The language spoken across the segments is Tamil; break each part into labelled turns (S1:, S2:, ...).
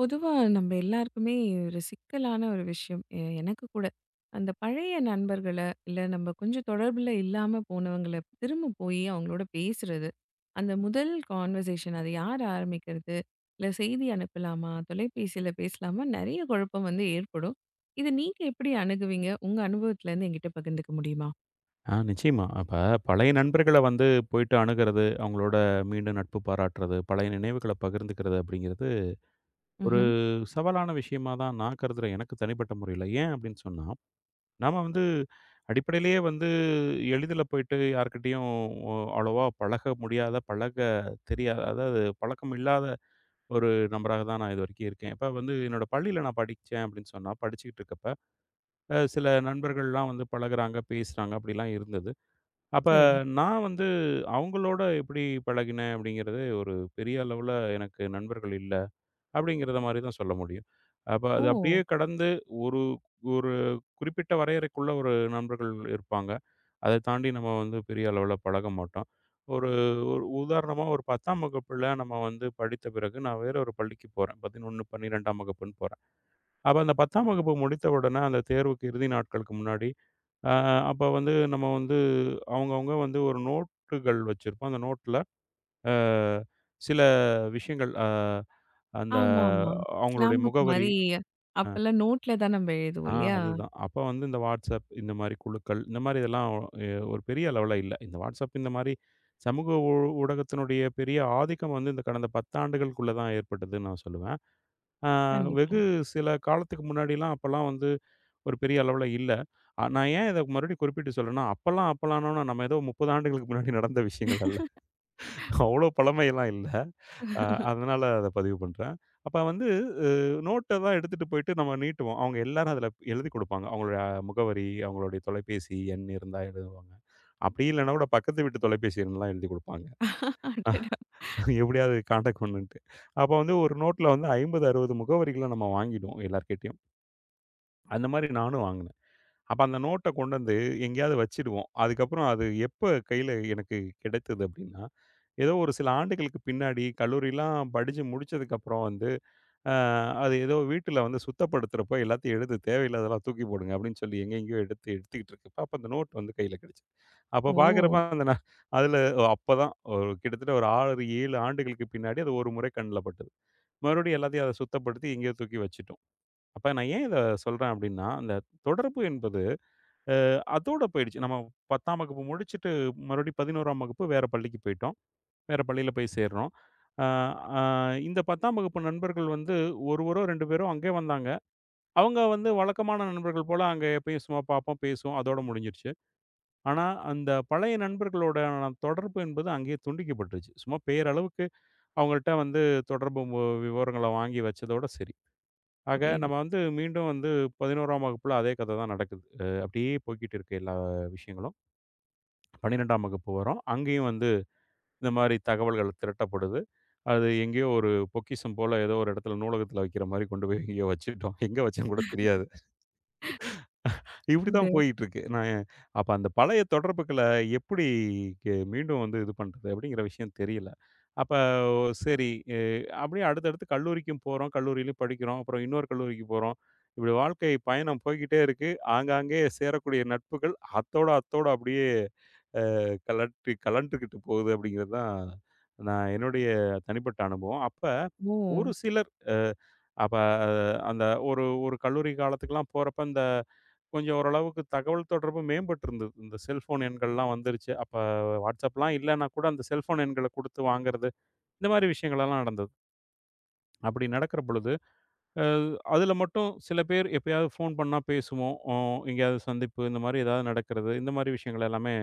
S1: பொதுவா நம்ம எல்லாருக்குமே ஒரு சிக்கலான ஒரு விஷயம். எனக்கு கூட. அந்த பழைய நண்பர்கள, இல்ல நம்ம கொஞ்சம் தொடர்புல இல்லாம போனவங்கள திரும்ப போயி அவங்களோட பேசுறது. அந்த முதல் கான்வர்சேஷன் அது யார் ஆரம்பிக்கிறது? இல்ல செய்தி அனுப்பலாமா? தொலைபேசியில பேசலாமா? நெறைய குழப்பம் வந்து ஏற்படும். இத நீங்க எப்படி அணுகுவீங்க? உங்க அனுபவத்திலருந்து என்கிட்ட பகிர்ந்துக்க முடியுமா?
S2: நிச்சயமா. பழைய நண்பர்கள போயிட்டு அணுகுறது, அவங்களோட மீண்டும் நட்பு பாராட்டுறது, பழைய நினைவுகள பகிர்ந்துக்கிறது அப்படிங்கிறது, ஒரு
S1: ம்ஹ்ம்.
S2: சவாலான விஷயமா தான் நான் கருதுறேன். எனக்கு தனிப்பட்ட முறையில. ஏன் அப்படின்னு சொன்னா, நாம அடிப்படையிலேயே எளிதில போயிட்டு யார்கிட்டயும் அவ்வளவா பழக முடியாத, பழக தெரியாத அதாவது பழக்கம் இல்லாத ஒரு நபராக தான் நான் இதுவரைக்கும் இருக்கேன். இப்ப வந்து என்னோட பள்ளியில நான் படிச்சேன் அப்படின்னு சொன்னா, படிச்சுக்கிட்டு இருக்கப்ப, சில நண்பர்கள்லாம் வந்து பழகுறாங்க, பேசுறாங்க அப்படிலாம் இருந்தது. அப்ப
S1: சரி.
S2: நான் அவங்களோட எப்படி பழகினேன் அப்படிங்கிறது ஒரு பெரிய அளவுல எனக்கு நண்பர்கள் இல்ல, அப்படிங்கிறத மாரி தான் சொல்ல முடியும். அப்ப
S1: ஓ!
S2: அது அப்படியே கடந்து ஒரு ஒரு குறிப்பிட்ட வரையறைக்குள்ள ஒரு நண்பர்கள் இருப்பாங்க. அத தாண்டி நம்ம வந்து பெரிய அளவுல பழக மாட்டோம். ஒரு ஒரு உதாரணமா ஒரு 10ஆம் வகுப்புல நம்ம வந்து படித்த பிறகு நான் வேற ஒரு பள்ளிக்கு போறேன். 11, 12ஆம் வகுப்புன்னு போறேன். அப்ப அந்த 10ஆம் வகுப்பு முடித்த உடனே அந்த தேர்வுக்கு இறுதி நாட்களுக்கு முன்னாடி, அ அப்ப வந்து நம்ம வந்து அவங்கவங்க வந்து ஒரு நோட்டுகள் வச்சிருப்போம். அந்த நோட்ல அ சில விஷயங்கள் அ அந்த
S1: ஆமாமா.
S2: அவங்களுடைய
S1: ஸ்லாம் புக்
S2: முகவரி.
S1: மாரி
S2: அ
S1: அப்பல்லாம் நோட்ல தான் நம்ம எழுதுவோம்
S2: ஆ
S1: இல்லையா?
S2: அதுதான். அப்ப வந்து இந்த WhatsApp இந்த மாரி குழுக்கள், இந்த மாரி இதெல்லாம் ஒரு பெரிய லெவல்ல இல்ல. இந்த WhatsApp இந்த மாரி சமூக ஊ ஊடகத்தினுடைய பெரிய ஆதிக்கம் வந்து இந்த கடந்த 10 ஆண்டுகளுக்குள்ள தான் ஏற்பட்டதுன்னு நான் சொல்லுவேன். அ
S1: கண்டிப்பா.
S2: வெகு சில காலத்துக்கு முன்னாடிலாம் அப்பலாம் வந்து ஒரு பெரிய அளவுல இல்ல. நான் ஏன் இத மறுபடியும் குறிப்பிட்டு சொல்றேன்னா, அப்பல்லானோன்னா, நம்ம ஏதோ 30 ஆண்டுகளுக்கு முன்னாடி நடந்த விஷயங்கள் அல்ல. அவ்வளோ பழமையெல்லாம் இல்ல. அ அதனால அத பதிவு பண்றேன். அப்ப வந்து அ நோட்ட தான் எடுத்துட்டு போயிட்டு நம்ம நீட்டுவோம். அவங்க எல்லாரும் அதுல எழுதிக் குடுப்பாங்க. அவங்களுடைய முகவரி, அவங்களுடைய தொலைபேசி எண் இருந்தா எழுதுவாங்க. அப்படி இல்லன்னா கூட பக்கத்து வீட்டு தொலைபேசி எண்லாம் எழுதிக் குடுப்பாங்க.
S1: அடடா!
S2: எப்படியாவது கான்டாக்ட் பண்ணுன்ட்டு. அப்ப வந்து ஒரு நோட்ல வந்து 50, 60 முகவரிகள நம்ம வாங்கிடுவோம் எல்லார்கிட்டயும். அந்த மாரி நானும் வாங்குனேன். அப்ப அந்த நோட்ட கொண்டு வந்து எங்கேயாவது வச்சிடுவோம். அதுக்கப்புறம் அது எப்ப கையில எனக்கு கிடைத்தது அப்டின்னா, ஏதோ ஒரு சில ஆண்டுகளுக்கு பின்னாடி கல்லூரிலாம் படிச்சு முடிச்சதுக்கப்புறம் வந்து, அ அது ஏதோ வீட்ல வந்து சுத்தப்படுத்துறப்போ எல்லாத்தையும் எடுத்து தேவையில்லாததெல்லாம் தூக்கி போடுங்க அப்டின்னு சொல்லி எங்கெங்கேயோ எடுத்துக்கிட்டு இருக்கப்ப, அப்ப அந்த நோட் வந்து கையில கிடைச்சது. அப்ப
S1: ஓ!
S2: பார்க்குறப்ப அந்த நா அதுல அப்பதான் ஒரு கிட்டத்தட்ட ஒரு 6, 7 ஆண்டுகளுக்கு பின்னாடி அது ஒரு முறை கண்ல பட்டது. மறுபடியும் எல்லாத்தையும் அத சுத்தப்படுத்தி எங்கேயோ தூக்கி வச்சுட்டோம். அப்ப நான் ஏன் இத சொல்றேன் அப்டின்னா, அந்த தொடர்பு என்பது அதோட போயிடுச்சு. நம்ம 10ஆம் வகுப்பு முடிச்சுட்டு மறுபடியும் 11ஆம் வகுப்பு வேற பள்ளிக்கு போயிட்டோம். வேற பள்ளியில போய் சேர்றோம். அ, அ இந்த 10ஆம் வகுப்பு நண்பர்கள் வந்து ஒருவரோ, 2 பேரோ அங்கே வந்தாங்க. அவங்க வந்து வழக்கமான நண்பர்கள் போல அங்க எப்பயும் சும்மா பார்ப்போம், பேசுவோம். அதோட முடிஞ்சிருச்சு. ஆனா, அந்த பழைய நண்பர்களோடான தொடர்பு என்பது அங்கேயே துண்டிக்கப்பட்டுருச்சு. சும்மா பேரளவுக்கு அவங்கள்ட்ட வந்து தொடர்பு மு விவரங்கள வாங்கி வச்சதோட சரி. ஆக
S1: புரியுது.
S2: நம்ம வந்து மீண்டும் வந்து 11ஆம் வகுப்புல அதே கதை தான் நடக்குது. அப்படியே போய்க்கிட்டு இருக்கு எல்லா விஷயங்களும். 12ஆம் வகுப்பு வரும். அங்கேயும் வந்து இந்த மாரி தகவல்கள் திரட்டப்படுது. அது எங்கேயோ ஒரு பொக்கிஷம் போல ஏதோ ஒரு இடத்துல நூலகத்துல வைக்கிற மாரி கொண்டு போய் எங்கேயோ வச்சுட்டோம். எங்க வச்சோன்னு கூட தெரியாது. இப்படி
S1: இந்த
S2: தான் போயிட்டுருக்கு. நான் அப்ப அந்த பழைய தொடர்புகள எப்படி மீண்டும் வந்து இது பண்றது அப்படிங்கிற விஷயம் தெரியல. அப்ப சரி எ அப்படியே அடுத்தடுத்து கல்லூரிக்கும் போறோம். கல்லூரியிலும் படிக்கிறோம். அப்புறம் இன்னொரு கல்லூரிக்கு போறோம். இப்படி வாழ்க்கை பயணம் போய்க்கிட்டே இருக்கு. ஆங்காங்கே சேரக்கூடிய நட்புகள் அத்தோட அத்தோட அப்படியே கழற்றி கழன்றுகிட்டு போகுது அப்படிங்கிறது தான் நான் என்னுடைய தனிப்பட்ட அனுபவம். அப்ப
S1: ஓ!
S2: ஒரு சிலர். அ அப்ப அந்த ஒரு ஒரு கல்லூரி காலத்துக்குலாம் போறப்ப, இந்த கொஞ்சம் ஓரளவுக்கு தகவல் தொடர்பு மேம்பட்டிருந்தது. இந்த செல்ஃபோன் எண்கள்லாம் வந்துருச்சு. அப்ப WhatsAppலாம் இல்லன்னா கூட அந்த செல்ஃபோன் எண்கள குடுத்து வாங்குறது, இந்த மாரி விஷயங்களெல்லாம் நடந்தது. அப்படி நடக்கிற பொழுது, அ அதுல மட்டும் சில பேர் எப்பயாவது ஃபோன் பண்ணா பேசுவோம். எங்கேயாவது சந்திப்பு இந்த மாரி ஏதாவது நடக்கிறது, இந்த மாரி விஷயங்கள் எல்லாமே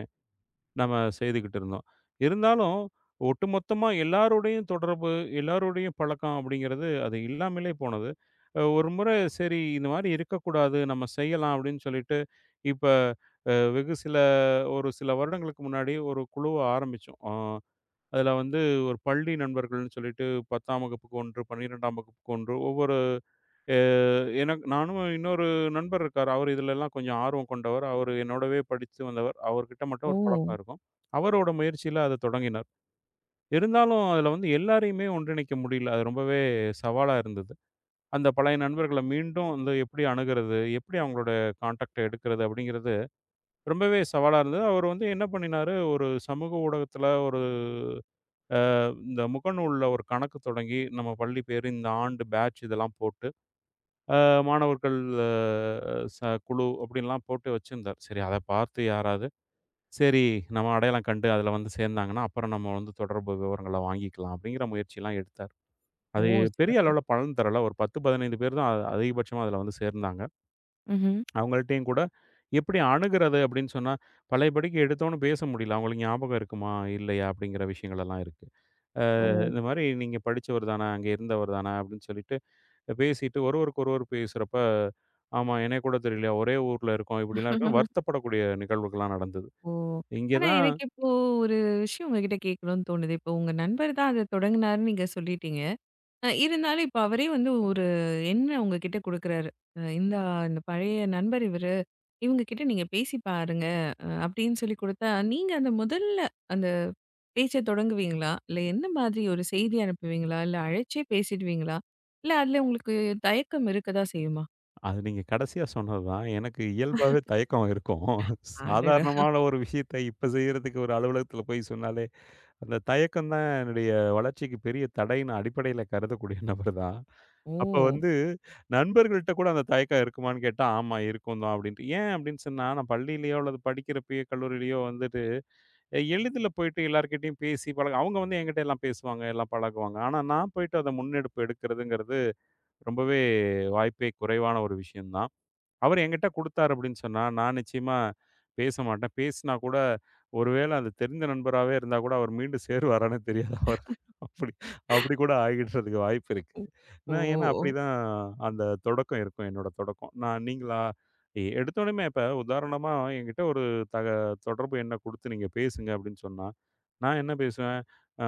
S2: நம்ம செய்துகிட்டு இருந்தோம். இருந்தாலும், ஒட்டுமொத்தமா எல்லாரோடையும் தொடர்பு, எல்லாரோடையும் பழக்கம் அப்படிங்கிறது அது இல்லாமலே போனது. ஒரு முறை சரி இந்த மாரி இருக்கக்கூடாது, நம்ம செய்யலாம் அப்படின்னு சொல்லிட்டு, இப்ப அ வெகு சில ஒரு சில வருடங்களுக்கு முன்னாடி ஒரு குழுவ ஆரம்பிச்சோம். அதுல வந்து ஒரு பள்ளி நண்பர்கள்னு சொல்லிட்டு 10ஆம் வகுப்புக்கு ஒன்று, 12ஆம் வகுப்புக்கு ஒன்று ஒவ்வொரு. எ எனக்கு நானும் இன்னொரு நண்பர் இருக்காரு. அவரு இதுலலாம் கொஞ்சம் ஆர்வம் கொண்டவர். அவரு என்னோடவே படித்து வந்தவர். அவர்கிட்ட மட்டும்
S1: ஓ!
S2: ஒரு பழக்கம் இருக்கும். அவரோட முயற்சியில அத தொடங்கினார். இருந்தாலும் அதுல வந்து எல்லாரையுமே ஒன்றிணைக்க முடியல. அது ரொம்பவே சவாலா இருந்தது. அந்த பழைய நண்பர்கள மீண்டும் வந்து எப்படி அணுகுறது? எப்படி அவங்களோட கான்டாக்ட் எடுக்கிறது? அப்படிங்கிறது ரொம்பவே சவாலா இருந்தது. அவர் வந்து என்ன பண்ணினாரு, ஒரு சமூக ஊடகத்துல ஒரு அ இந்த முகநூல்ல ஒரு கணக்கு தொடங்கி, நம்ம பள்ளி பேரு, இந்த ஆண்டு பேட்ச் இதெல்லாம் போட்டு மாணவர்கள் அ ச குழு அப்படின்லாம் போட்டு வச்சிருந்தார். சரி அத பார்த்து யாராவது, சரி நம்ம அடையாளம் கண்டு அதில வந்து சேர்ந்தாங்கன்னா, அப்புறம் நம்ம வந்து தொடர்பு விவரங்கள வாங்கிக்கலாம் அப்படிங்கிற முயற்சிலாம் எடுத்தார்.
S1: ஓ!
S2: அது பெரிய
S1: சிறப்பு.
S2: அளவுல பலன் தரல. ஒரு 10, 15 பேர் தான் அதிகபட்சமா அதில வந்து சேர்ந்தாங்க.
S1: ம்ஹ்ம்.
S2: அவங்கள்ட்டயும் கூட எப்படி அணுகுறது அப்படின்னு சொன்னா, பழையபடிக்கு எடுத்தோனே பேச முடியல. அவங்களுக்கு ஞாபகம் இருக்குமா? இல்லையா? அப்படிங்கிற விஷயங்கள் எல்லாம் இருக்கு.
S1: ஓ!
S2: இந்த மாரி நீங்க படிச்சவர் தான, அங்க இருந்தவர் தான அப்படின்னு சொல்லிட்டு பேசிட்டு ஒருவருக்கு ஒருவர் பேசுறப்ப, ஆமா எனக்கு கூட தெரியலையா, ஒரே ஊர்ல இருக்கோம். இப்படிலாம் இருக்குன்னு வருத்தப்படக்கூடிய நிகழ்வுகள்லாம் நடந்தது.
S1: ஓ!
S2: இங்கே
S1: ஆனா
S2: தான்.
S1: எனக்கு இப்போ ஒரு விஷயம் உங்ககிட்ட கேட்கணும்னு தோணுது. இப்போ உங்க நண்பர் தான் அத தொடங்குனாருன்னு நீங்க சொல்லிட்டீங்க. அ இருந்தாலும் இப்ப அவரே வந்து ஒரு எண்ண உங்ககிட்ட குடுக்குறாரு. அ இந்தா இந்த பழைய நண்பர் இவரு. இவங்க கிட்ட நீங்க பேசி பாருங்க. அ அப்படின்னு சொல்லி குடுத்தா, நீங்க அந்த முதல்ல அந்த பேச்ச தொடங்குவீங்களா? இல்ல என்ன மாதிரி ஒரு செய்தி அனுப்புவீங்களா? இல்ல அழைச்சே பேசிடுவீங்களா? இல்ல அதுல உங்களுக்கு தயக்கம் இருக்கதா செய்யுமா?
S2: அது நீங்க கடைசியா சொன்னது தான். எனக்கு இயல்பாவே தயக்கம் இருக்கும்.
S1: அடடா!
S2: சாதாரணமான ஒரு விஷயத்த இப்ப செய்யறதுக்கு ஒரு அலுவலகத்தில போய் சொன்னாலே, அந்த தயக்கம் தான் என்னுடைய வளர்ச்சிக்கு பெரிய தடைன்னு அடிப்படையில கருதக்கூடிய நபர் தான். அப்ப
S1: ஓ!
S2: வந்து நண்பர்கள்ட்ட கூட அந்த தயக்கம் இருக்குமான்னு கேட்டா, ஆமா இருக்கும் தான் அப்படின்ட்டு. ஏன் அப்படின்னு சொன்னா, நான் பள்ளியிலயோ அல்லது படிக்கிறப்பயோ, கல்லூரியிலயோ வந்து எளிதில போயிட்டு எல்லார்கிட்டயும் பேசி பழக அவங்க வந்து என்கிட்ட எல்லாம் பேசுவாங்க, எல்லாம் பழகுவாங்க. ஆனா நான் போயிட்டு அத முன்னெடுப்பு எடுக்கிறதுங்கிறது ரொம்பவே வாய்ப்பே குறைவான ஒரு விஷயம் தான். அவர் என்கிட்ட குடுத்தாரு அப்படின்னு சொன்னா, நான் நிச்சயமா பேச மாட்டேன். பேசினா கூட, ஒருவேளை அது தெரிந்த நண்பராவே இருந்தா கூட, அவர் மீண்டு சேருவாரான்னு தெரியாது. அவர் அப்படி அப்படி கூட ஆகிடுறதுக்கு வாய்ப்பு இருக்கு.
S1: ஓ!
S2: நான் ஏன்னா
S1: ஓ!
S2: அப்படிதான் அந்த தொடக்கம் இருக்கும் என்னோட தொடக்கம். நான் நீங்களா எடுத்தோனமே இப்ப உதாரணமா என்கிட்ட ஒரு தக தொடர்பு எண்ண குடுத்து நீங்க பேசுங்க அப்படின்னு சொன்னா, நான் என்ன பேசுவேன்? அ,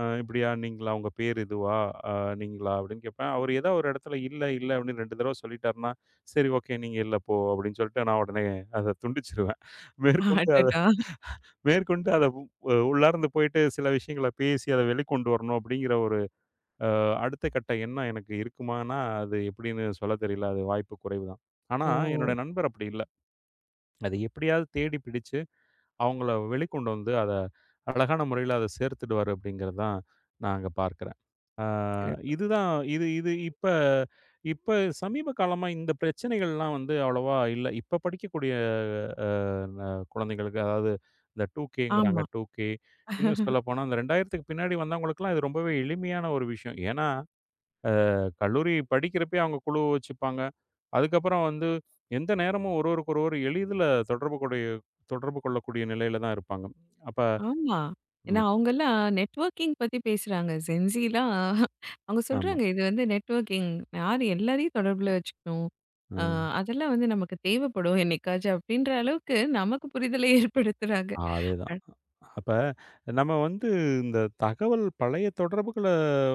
S2: அ இப்படியா? நீங்களா? உங்க பேர் இதுவா? அ நீங்களா? அப்படின்னு கேட்பேன். அவர் ஏதோ ஒரு இடத்துல இல்ல, இல்ல அப்படின்னு 2 தடவ சொல்லிட்டாருன்னா, சரி ஓகே. நீங்க இல்ல போ அப்படின்னு சொல்லிட்டு நான் உடனே அத துண்டிச்சுருவேன். மேற்கொண்டு அத
S1: அடடா!
S2: மேற்கொண்டு அத உள்ளார்ந்து போயிட்டு சில விஷயங்கள பேசி அத வெளிக்கொண்டு வரணும் அப்படிங்கிற ஒரு அடுத்த கட்ட எண்ணம் எனக்கு இருக்குமான்னா, அது எப்படின்னு சொல்ல தெரியல. அது வாய்ப்பு குறைவு தான். ஆனா என்னோட
S1: ஓ!
S2: நண்பர் அப்படி இல்ல. அத எப்படியாவது தேடி பிடிச்சு அவங்கள வெளிக்கொண்டு வந்து அத அழகான முறையில அத சேர்த்துடுவாரு அப்படிங்கிறது தான் நான் அங்க பார்க்கிறேன். ஆ
S1: சிறப்பு.
S2: இதுதான். இது இது இப்ப இப்ப சமீப காலமா இந்த பிரச்சனைகள்லாம் வந்து அவ்வளவா இல்ல. இப்ப படிக்கக்கூடிய அ ந குழந்தைகளுக்கு அதாவது இந்த 2கேங்கிறாங்க
S1: ஆமா.
S2: 2கே இன்னும் சொல்லப்போனா அந்த 2000க்கு பின்னாடி வந்தவங்களுக்குலாம் இது ரொம்பவே எளிமையான ஒரு விஷயம். ஏன்னா, கல்லூரி படிக்கிறப்பயே அவங்க குழு வச்சுப்பாங்க. அதுக்கப்புறம் வந்து எந்த நேரமும் ஒருவருக்கு ஒருவர் எளிதில தொடர்பு கூடிய தொடர்பு கொள்ளக்கூடிய நிலையில தான் இருப்பாங்க. அப்ப
S1: ஆமா. ஏன்னா
S2: ம்.
S1: அவங்கலாம் நெட்வொர்க்கிங் பத்தி பேசுறாங்க. ஜென்ஸிலாம் அவங்க
S2: ஆமா.
S1: சொல்றாங்க இது வந்து நெட்வொர்க்கிங். யார் எல்லாரையும் தொடர்புல வச்சுக்கணும். அ
S2: ம்.
S1: அதெல்லாம் வந்து நமக்கு தேவைப்படும் என்னைக்காச்சும் அப்படின்ற அளவுக்கு நமக்கு புரிதலை ஏற்படுத்துறாங்க. அ.
S2: அதேதான். அப்ப நம்ம வந்து இந்த தகவல் பழைய தொடர்புகள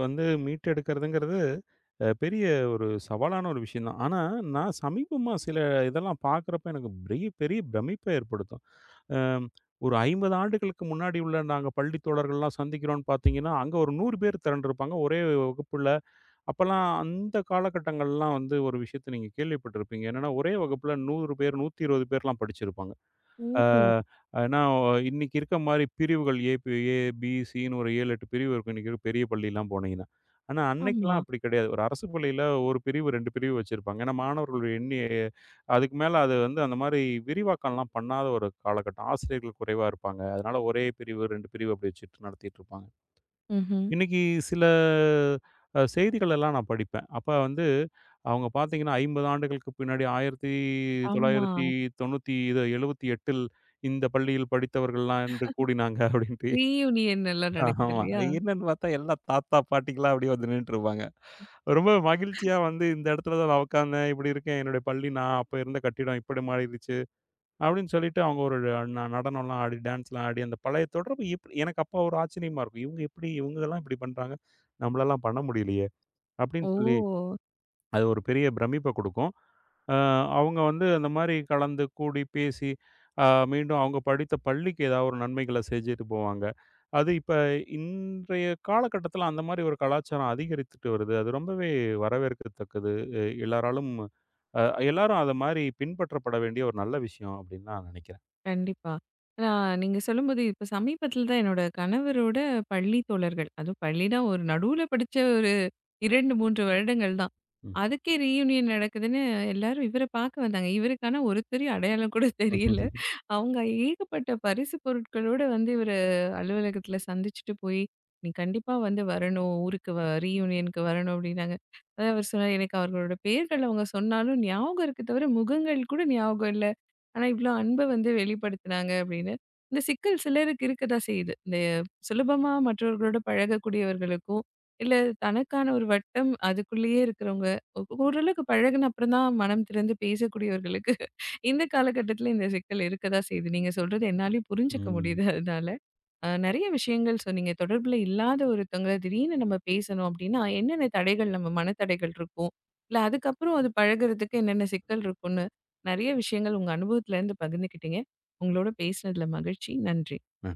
S2: வந்து மீட்டெடுக்கிறதுங்கிறது பெரிய ஒரு சவாலான ஒரு விஷயம் தான். ஆனா, நான் சமீபமா சில இதெல்லாம் பார்க்குறப்ப எனக்கு பெரிய பெரிய பிரமிப்ப ஏற்படுத்தும். அம் ஒரு 50 ஆண்டுகளுக்கு முன்னாடி உள்ள நாங்க பள்ளி தோழர்கள்லாம் சந்திக்கிறோம்ன்னு பார்த்தீங்கன்னா, அங்க ஒரு 100 பேர் திரண்டிருப்பாங்க ஒரே வகுப்புல. அப்பல்லாம் அந்த காலகட்டங்கள்லாம் வந்து ஒரு விஷயத்த நீங்க கேள்விப்பட்டிருப்பீங்க. என்னன்னா, ஒரே வகுப்புல 100 பேர், 120 பேர்லாம் படிச்சிருப்பாங்க. ஆ
S1: ஓ!
S2: ஏன்னா இன்னைக்கு இருக்க மாரி பிரிவுகள் ஏ, பி ஏ, பி, சின்னு ஒரு 7, 8 பிரிவு இருக்கும். இன்னைக்கு இருக்க பெரிய பள்ளிலாம் போனீங்கன்னா. ஆனா
S1: ஆமா.
S2: அன்னைக்கெல்லாம் அப்படி கிடையாது. ஒரு அரசு பள்ளியில 1 பிரிவு, 2 பிரிவு வச்சிருப்பாங்க. ஏன்னா மாணவர்களுடைய எண்ணி அதுக்கு மேல அது வந்து அந்த மாரி விரிவாக்கம்லாம் பண்ணாத ஒரு காலகட்டம். ஆசிரியர்கள் குறைவா இருப்பாங்க. அதனால ஒரே பிரிவு, 2 பிரிவு அப்படி வச்சுட்டு நடத்திட்டுருப்பாங்க.
S1: ம்ஹ்ம்.
S2: இன்னைக்கு சில செய்திகள் எல்லாம் நான் படிப்பேன். அப்ப வந்து அவங்க பார்த்தீங்கன்னா, 50 ஆண்டுகளுக்கு பின்னாடி
S1: ஆமா.
S2: 1990 இது 78 இந்த பள்ளியில் படித்தவர்கள்லாம் இன்று கூடினாங்க அப்படின்ட்டு.
S1: ரீயூனியன் எல்லாம்
S2: ஆமா.
S1: நடக்குது இல்லையா?
S2: என்னன்னு பார்த்தா எல்லா தாத்தா, பாட்டிகளா அப்படியே வந்து நின்னுட்டுருப்பாங்க. ரொம்ப மகிழ்ச்சியா வந்து இந்த இடத்துல தான் நான் உட்கார்ந்தேன். இப்படி இருக்கேன். என்னுடைய பள்ளி நான் அப்ப இருந்த கட்டிடம் இப்படி மாறிடுச்சு. அப்படின்னு சொல்லிட்டு அவங்க ஒரு நடனம்லாம் ஆடி, டான்ஸ்லாம் ஆடி, அந்த பழைய தொடர்பு எப்டி எனக்கு அப்ப ஒரு ஆச்சரியமா இருக்கும். இவங்க எப்படி இவங்கலாம் இப்படி பண்றாங்க. நம்மளலாம் பண்ண முடியலையே! அப்படின்னு
S1: ஓ!
S2: சொல்லி அது ஒரு பெரிய பிரமிப்ப குடுக்கும். அ அவங்க வந்து அந்த மாரி கலந்து, கூடி, பேசி அ மீண்டும் அவங்க படித்த பள்ளிக்கு ஏதாவது ஒரு நன்மைகள செஞ்சுட்டு போவாங்க. அது இப்ப இன்றைய காலகட்டத்தில அந்த மாரி ஒரு கலாச்சாரம் அதிகரித்துட்டு வருது. அது ரொம்பவே வரவேற்கத்தக்கது. எ எல்லாராலும் அ எல்லாரும் அத மாரி பின்பற்றப்பட வேண்டிய ஒரு நல்ல விஷயம் அப்படின்னு நான் நினைக்கிறேன்.
S1: கண்டிப்பா. ஆனா நீங்க சொல்லும்போது இப்ப சமீபத்தில தான் என்னோட கணவரோட பள்ளி தோழர்கள் அதுவும் பள்ளினா ஒரு நடுவுல படிச்ச ஒரு 2, 3 வருடங்கள் தான்.
S2: ம்.
S1: அதுக்கே ரீயூனியன் நடக்குதுன்னு எல்லாரும் இவர பார்க்க வந்தாங்க. இவருக்கானா ஒருத்தரையும் அடையாளம் கூட தெரியல. அவங்க ஏகப்பட்ட பரிசு பொருட்களோட வந்து இவர அலுவலகத்தில சந்திச்சுட்டு போய், "நீ கண்டிப்பா வந்து வரணும். ஊருக்கு வ ரீயூனியனுக்கு வரணும்" அப்படின்னாங்க. அதான் அவர் சொன்னாரு, "எனக்கு அவர்களோட பேர்கள் அவங்க சொன்னாலும் ஞாபகம் இருக்கு தவிர, முகங்கள் கூட ஞாபகம் இல்ல. ஆனா இவ்ளோ அன்ப வந்து வெளிப்படுத்துனாங்க" அப்படின்னு. இந்த சிக்கல் சிலருக்கு இருக்க தான் செய்யுது. இந்த சுலபமா மற்றவர்களோட பழகக்கூடியவர்களுக்கும் இல்ல தனக்கான ஒரு வட்டம் அதுக்குள்ளேயே இருக்கிறவங்க, ஓரளவுக்கு பழகுன அப்புறம் தான் மனம் திறந்து பேசக்கூடியவர்களுக்கு இந்த காலகட்டத்தில இந்த சிக்கல் இருக்க தான் செய்யுது. நீங்க சொல்றது என்னாலயும் புரிஞ்சுக்க
S2: ம்.
S1: முடியுது அதனால. அ நெறைய விஷயங்கள் சொன்னீங்க. தொடர்புல இல்லாத ஒருத்தவங்கள திடீர்னு நம்ம பேசணும் அப்படின்னா, என்னென்ன தடைகள் நம்ம மனத்தடைகள் இருக்கும்? இல்ல அதுக்கப்புறம் அது பழகுறதுக்கு என்னென்ன சிக்கல் இருக்கும்னு, நெறைய விஷயங்கள் உங்க அனுபவத்திலேருந்து பகிர்ந்துக்கிட்டீங்க. உங்களோட பேசினதில மகிழ்ச்சி. நன்றி.
S2: ஆ.